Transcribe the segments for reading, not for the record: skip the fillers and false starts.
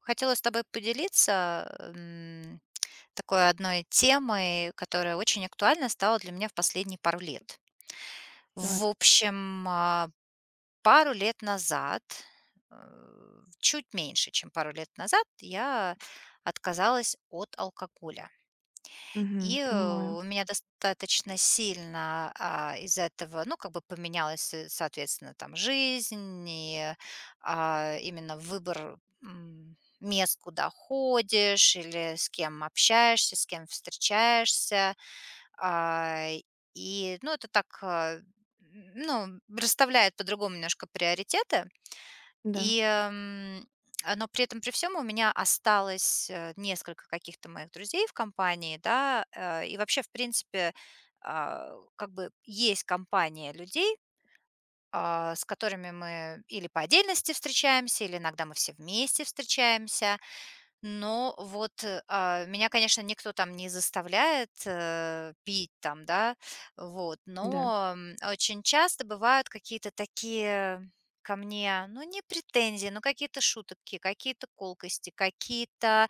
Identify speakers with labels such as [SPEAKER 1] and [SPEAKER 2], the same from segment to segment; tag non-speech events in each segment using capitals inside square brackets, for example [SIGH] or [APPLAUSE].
[SPEAKER 1] Хотела с тобой поделиться, м, такой одной темой, которая очень актуальна стала для меня в последние пару лет.
[SPEAKER 2] Да.
[SPEAKER 1] В общем, пару лет назад, э, чуть меньше, чем пару лет назад, я отказалась от алкоголя.
[SPEAKER 2] Мгм. Понимаю.
[SPEAKER 1] У меня достаточно сильно, из этого, ну, как бы поменялась, соответственно, там жизнь и, именно выбор, мест, куда ходишь или с кем общаешься, с кем встречаешься. А, ну, это так, ну, расставляет по-другому немножко приоритеты.
[SPEAKER 2] Да,
[SPEAKER 1] И, эм, но при этом при всем у меня осталось, несколько каких-то моих друзей в компании, да, и вообще, в принципе, как бы есть компания людей, с которыми мы или по отдельности встречаемся, или иногда мы все вместе встречаемся. Но вот, меня, конечно, никто там не заставляет, пить там, да, вот,
[SPEAKER 2] да.
[SPEAKER 1] но, очень часто бывают какие-то такие ко мне, ну, не претензии, но какие-то шутки, какие-то колкости, какие-то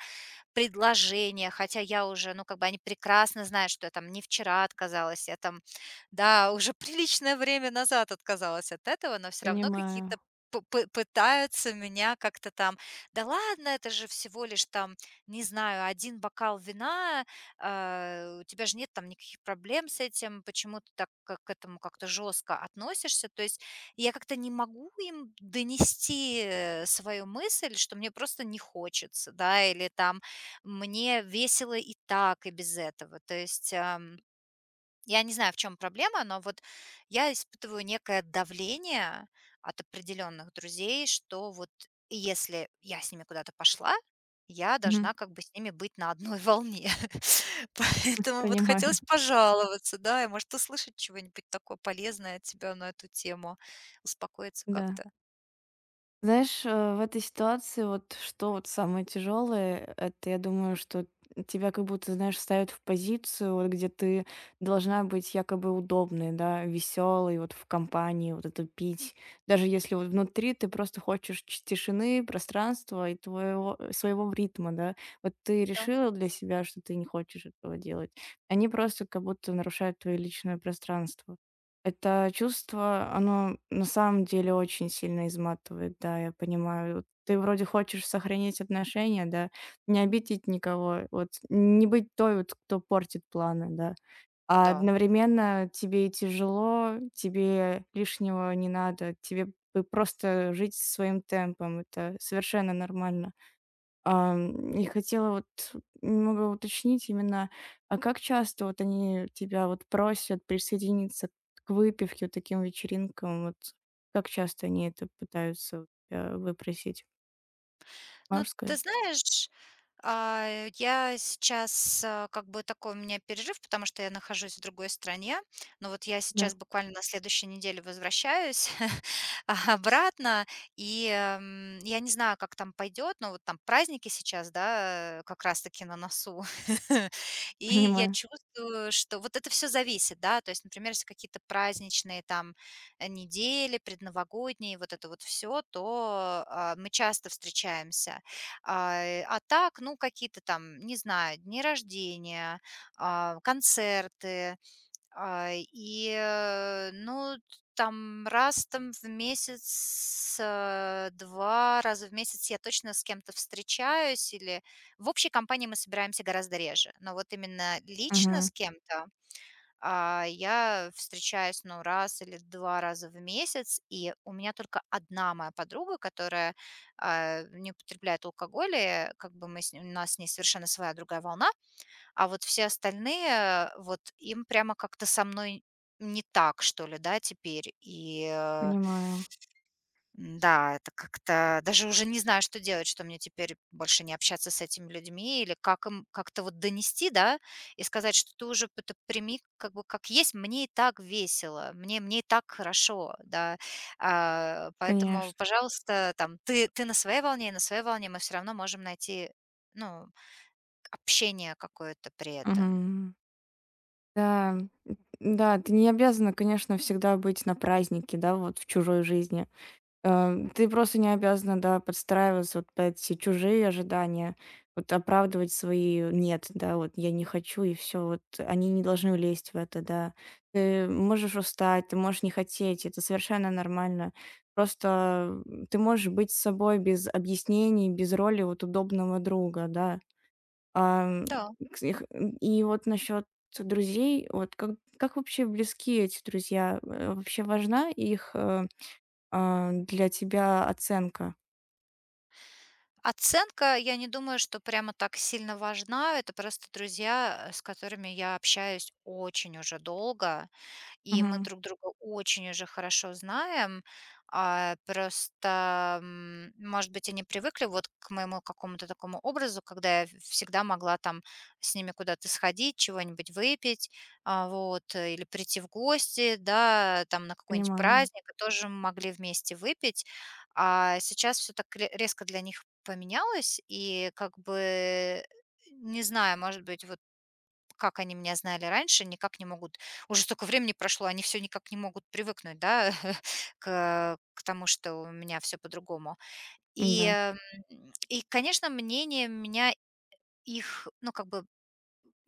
[SPEAKER 1] предложения, хотя я уже, ну, как бы они прекрасно знают, что я там не вчера отказалась, я там, да, уже [LAUGHS] приличное время назад отказалась от этого, но все равно какие-то
[SPEAKER 2] Понимаю.
[SPEAKER 1] пытаются меня как-то там, да ладно, это же всего лишь там, не знаю, один бокал вина, а, у тебя же нет там никаких проблем с этим, почему ты так к этому как-то жестко относишься, то есть я как-то не могу им донести свою мысль, что мне просто не хочется, да, или там мне весело и так, и без этого. То есть, я не знаю, в чем проблема, но вот я испытываю некое давление от определенных друзей, что вот если я с ними куда-то пошла, я
[SPEAKER 2] Мгм.
[SPEAKER 1] должна как бы с ними быть на одной волне. [LAUGHS]
[SPEAKER 2] [LAUGHS]
[SPEAKER 1] Поэтому вот
[SPEAKER 2] Понимаю.
[SPEAKER 1] хотелось пожаловаться, да, и, может, услышать чего-нибудь такое полезное от тебя на эту тему, успокоиться
[SPEAKER 2] Да.
[SPEAKER 1] как-то.
[SPEAKER 2] Знаешь, в этой ситуации вот что вот самое тяжелое, это я думаю, что тебя как будто, знаешь, ставят в позицию, вот где ты должна быть якобы удобной, да, веселой, вот в компании, вот это пить. Даже если вот внутри ты просто хочешь тишины, пространства и твоего, своего ритма, да. Вот ты
[SPEAKER 1] Да,
[SPEAKER 2] решила для себя, что ты не хочешь этого делать. Они просто как будто нарушают твое личное пространство. Это чувство, оно на самом деле очень сильно изматывает, да, я понимаю. Вот ты вроде хочешь сохранить отношения, да, не обидеть никого, вот не быть той, вот, кто портит планы, да. А
[SPEAKER 1] да.
[SPEAKER 2] одновременно тебе и тяжело, тебе лишнего не надо, тебе бы просто жить своим темпом, это совершенно нормально. И хотела вот немного уточнить именно, а как часто вот они тебя вот просят присоединиться к выпивке, вот таким вечеринкам? Вот как часто они это пытаются у тебя выпросить?
[SPEAKER 1] Но
[SPEAKER 2] Можешь
[SPEAKER 1] ты
[SPEAKER 2] сказать?
[SPEAKER 1] знаешь. Я сейчас, как бы такой у меня перерыв, потому что я нахожусь в другой стране. Но вот я
[SPEAKER 2] Да,
[SPEAKER 1] сейчас буквально на следующей неделе возвращаюсь [LAUGHS] обратно, я не знаю, как там пойдет, но вот там праздники сейчас, да, как раз таки на носу. [LAUGHS] И я
[SPEAKER 2] понимаю.
[SPEAKER 1] чувствую, что вот это все зависит, да. То есть, например, если какие-то праздничные там, недели, предновогодние, вот это вот все, то, мы часто встречаемся. А так, ну, какие-то там, не знаю, дни рождения, концерты, ну, там раз там в месяц, два раза в месяц я точно с кем-то встречаюсь или в общей компании мы собираемся гораздо реже, но вот именно лично
[SPEAKER 2] Мгм.
[SPEAKER 1] с кем-то я встречаюсь, ну, раз или 2 раза в месяц, и у меня только одна моя подруга, которая, не употребляет алкоголь, и как бы мы с ней у нас с ней совершенно своя другая волна. А вот все остальные, вот им прямо как-то со мной не так, что ли, да, теперь.
[SPEAKER 2] Понимаю,
[SPEAKER 1] М-да, это как-то даже уже не знаю, что делать, что мне теперь больше не общаться с этими людьми или как им как-то вот донести, да, и сказать, что ты уже это прими как бы как есть, мне и так весело, мне и так хорошо, да. А, поэтому,
[SPEAKER 2] конечно.
[SPEAKER 1] пожалуйста, там ты на своей волне, и на своей волне, мы все равно можем найти, ну, общение какое-то при этом.
[SPEAKER 2] Мгм. Да, да, ты не обязана, конечно, всегда быть на празднике, да, вот в чужой жизни. Ты просто не обязана, да, подстраиваться вот под эти чужие ожидания, вот оправдывать свои "нет", да, вот "я не хочу" и все. Вот они не должны лезть в это, да. Ты можешь устать, ты можешь не хотеть, это совершенно нормально. Просто, ты можешь быть с собой без объяснений, без роли вот удобного друга, да. Ам,
[SPEAKER 1] Да.
[SPEAKER 2] кс их и вот насчет друзей, вот как вообще близки эти друзья? Вообще важна их, для тебя оценка.
[SPEAKER 1] Оценка, я не думаю, что прямо так сильно важна. Это просто друзья, с которыми я общаюсь очень уже долго, и мы
[SPEAKER 2] Мгм.
[SPEAKER 1] друг друга очень уже хорошо знаем. Просто, может быть, они привыкли вот к моему какому-то такому образу, когда я всегда могла там с ними куда-то сходить, чего-нибудь выпить, или прийти в гости, да, там на какой-нибудь
[SPEAKER 2] Понимаю.
[SPEAKER 1] праздник, и тоже мы могли вместе выпить. А сейчас все так резко для них поменялось, и как бы не знаю, может быть, вот как они меня знали раньше, никак не могут, уже столько времени прошло, они все никак не могут привыкнуть, да, [LAUGHS] к тому, что у меня все по-другому. И,
[SPEAKER 2] Да,
[SPEAKER 1] эм, и, конечно, мнение меня их, ну, как бы,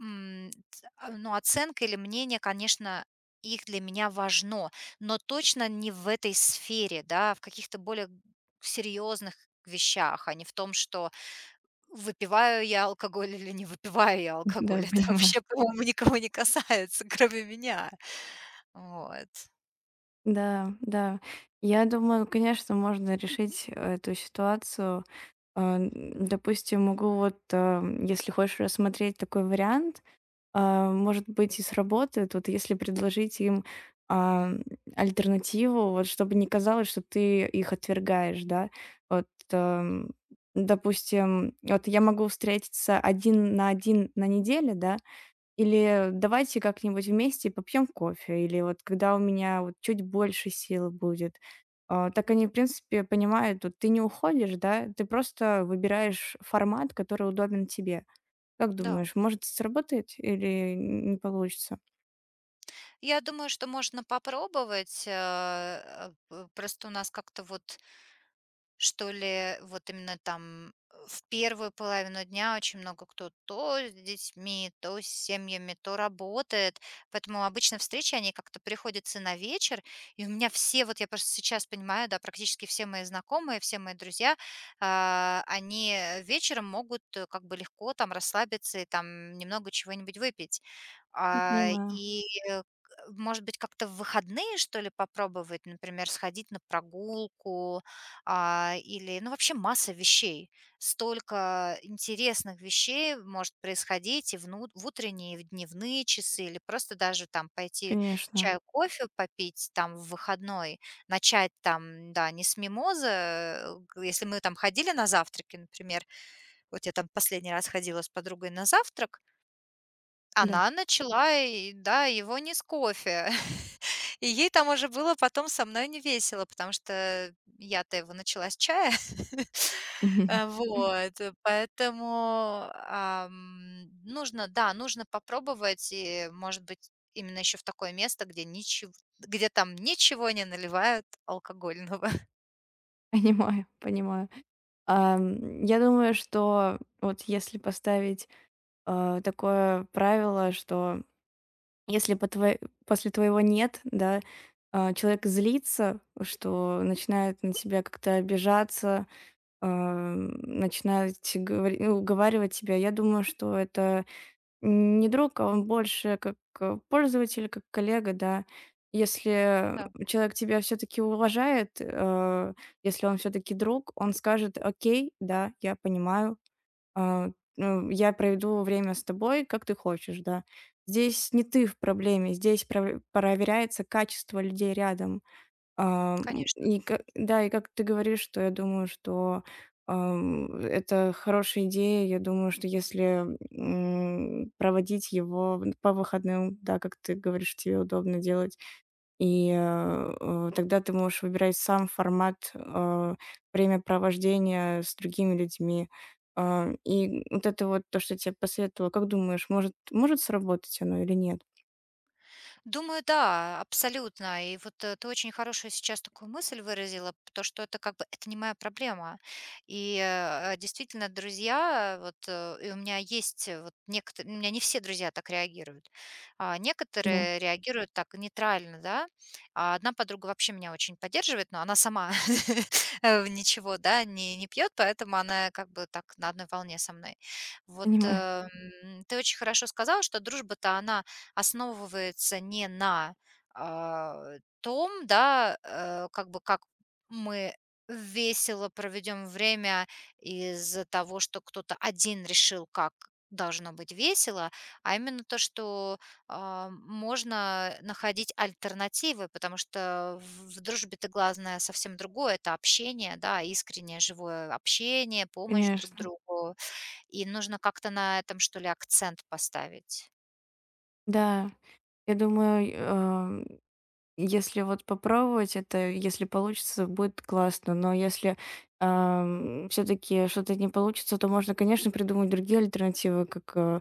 [SPEAKER 1] ну, оценка или мнение, конечно, их для меня важно, но точно не в этой сфере, да, в каких-то более серьезных вещах, а не в том, что выпиваю я алкоголь или не выпиваю я
[SPEAKER 2] [LAUGHS]
[SPEAKER 1] алкоголь?
[SPEAKER 2] да,
[SPEAKER 1] [LAUGHS] Это
[SPEAKER 2] понимаю.
[SPEAKER 1] вообще, по-моему, никого не касается, кроме меня. Вот.
[SPEAKER 2] Да, да. Я думаю, конечно, можно решить эту ситуацию. А, м, Допустим могу вот, если хочешь рассмотреть такой вариант, может быть, и сработает, вот если предложить им а, альтернативу, вот чтобы не казалось, что ты их отвергаешь, да. Вот, ам, допустим, вот я могу встретиться один на неделе, да, или давайте как-нибудь вместе попьем кофе, или вот когда у меня вот чуть больше сил будет. Так они, в принципе, понимают, вот ты не уходишь, да, ты просто выбираешь формат, который удобен тебе. Как
[SPEAKER 1] Да.
[SPEAKER 2] думаешь, может, сработает или не получится?
[SPEAKER 1] Я думаю, что можно попробовать. Просто у нас как-то вот что ли, вот именно там в первую половину дня очень много кто то с детьми, то с семьями, то работает. Поэтому обычно встречи, они как-то приходятся на вечер. И у меня все, вот я просто сейчас понимаю, да, практически все мои знакомые, все мои друзья, они вечером могут как бы легко там расслабиться и там немного чего-нибудь выпить.
[SPEAKER 2] Ну,
[SPEAKER 1] А,
[SPEAKER 2] понимаю,
[SPEAKER 1] И э, Может быть, как-то в выходные, что ли, попробовать, например, сходить на прогулку, или, ну, вообще масса вещей. Столько интересных вещей может происходить и вну в утренние, и в дневные часы, или просто даже там пойти
[SPEAKER 2] конечно,
[SPEAKER 1] чаю, кофе попить там в выходной, начать там, да, не с мимозы, э, г если мы там ходили на завтраки, например. Вот я там последний раз ходила с подругой на завтрак,
[SPEAKER 2] да.
[SPEAKER 1] она начала, и да, его не с кофе. [LAUGHS] И ей там уже было потом со мной не весело, потому что я-то его начала с чая. [LAUGHS]
[SPEAKER 2] [LAUGHS]
[SPEAKER 1] Поэтому, нужно, да, нужно попробовать, и, может быть, именно еще в такое место, где ничего где там ничего не наливают алкогольного. [LAUGHS]
[SPEAKER 2] Понимаю, понимаю. Я думаю, что вот если поставить такое правило, что если по твое после твоего "нет", да, человек злится, что начинает на тебя как-то обижаться, начинает говори ну, уговаривать тебя. Я думаю, что это не друг, а он больше как, пользователь, как коллега, да. Если
[SPEAKER 1] Да,
[SPEAKER 2] человек тебя все таки уважает, если он все таки друг, он скажет: "Окей, да, я понимаю, а, ну, я проведу время с тобой, как ты хочешь, да. Здесь не ты в проблеме, здесь проверяется качество людей рядом. А, м,
[SPEAKER 1] конечно.
[SPEAKER 2] и, да, и как ты говоришь, что я думаю, что это хорошая идея. Я думаю, что если проводить его по выходным, да, как ты говоришь, тебе удобно делать, и, тогда ты можешь выбирать сам формат, времяпровождения с другими людьми. И вот это вот то, что я тебе посоветовала, как думаешь, может сработать оно или нет?
[SPEAKER 1] Думаю, да, абсолютно. И вот, ты очень хорошую сейчас такую мысль выразила, то, что это как бы это не моя проблема. И действительно, друзья, вот, и у меня есть, вот некоторые, у меня не все друзья так реагируют. А
[SPEAKER 2] Да.
[SPEAKER 1] некоторые реагируют так нейтрально, да. А одна подруга вообще меня очень поддерживает, но она сама [LAUGHS] ничего, да, не пьет, поэтому она как бы так на одной волне со мной. Вот
[SPEAKER 2] Понимаю,
[SPEAKER 1] э, Ты очень хорошо сказала, что дружба-то она основывается не на, а, том, да, как бы как мы весело проведем время из-за того, что кто-то один решил, как должно быть весело, а именно то, что, можно находить альтернативы, потому что в дружбе-то главное совсем другое — это общение, да, искреннее живое общение, помощь друг
[SPEAKER 2] конечно.
[SPEAKER 1] другу, и нужно как-то на этом, что ли, акцент поставить.
[SPEAKER 2] Да, я думаю, если вот попробовать это, если получится, будет классно. Но если, все таки что-то не получится, то можно, конечно, придумать другие альтернативы, как, э,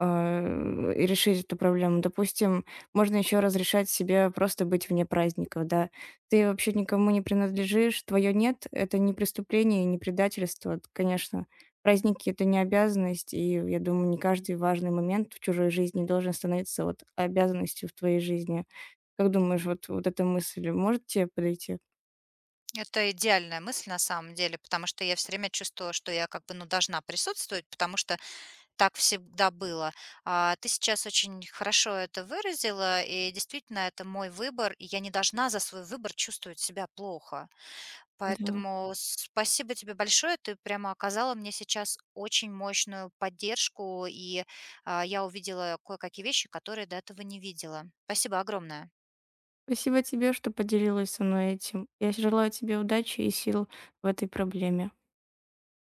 [SPEAKER 2] э, и решить эту проблему. Допустим, можно еще разрешать себе просто быть вне праздников, да. Ты вообще никому не принадлежишь, твое "нет"- это не преступление и не предательство. Это, конечно, праздники- это не обязанность, и я думаю, не каждый важный момент в чужой жизни должен становиться вот обязанностью в твоей жизни. Как думаешь, вот эта мысль может тебе подойти?
[SPEAKER 1] Это идеальная мысль на самом деле, потому что я все время чувствовала, что я как бы, ну, должна присутствовать, потому что так всегда было. А ты сейчас очень хорошо это выразила, и действительно, это мой выбор, и я не должна за свой выбор чувствовать себя плохо.
[SPEAKER 2] Да.
[SPEAKER 1] Поэтому спасибо тебе большое. Ты прямо оказала мне сейчас очень мощную поддержку, и, я увидела кое-какие вещи, которые до этого не видела. Спасибо огромное.
[SPEAKER 2] Спасибо тебе, что поделилась со мной этим. Я желаю тебе удачи и сил в этой проблеме.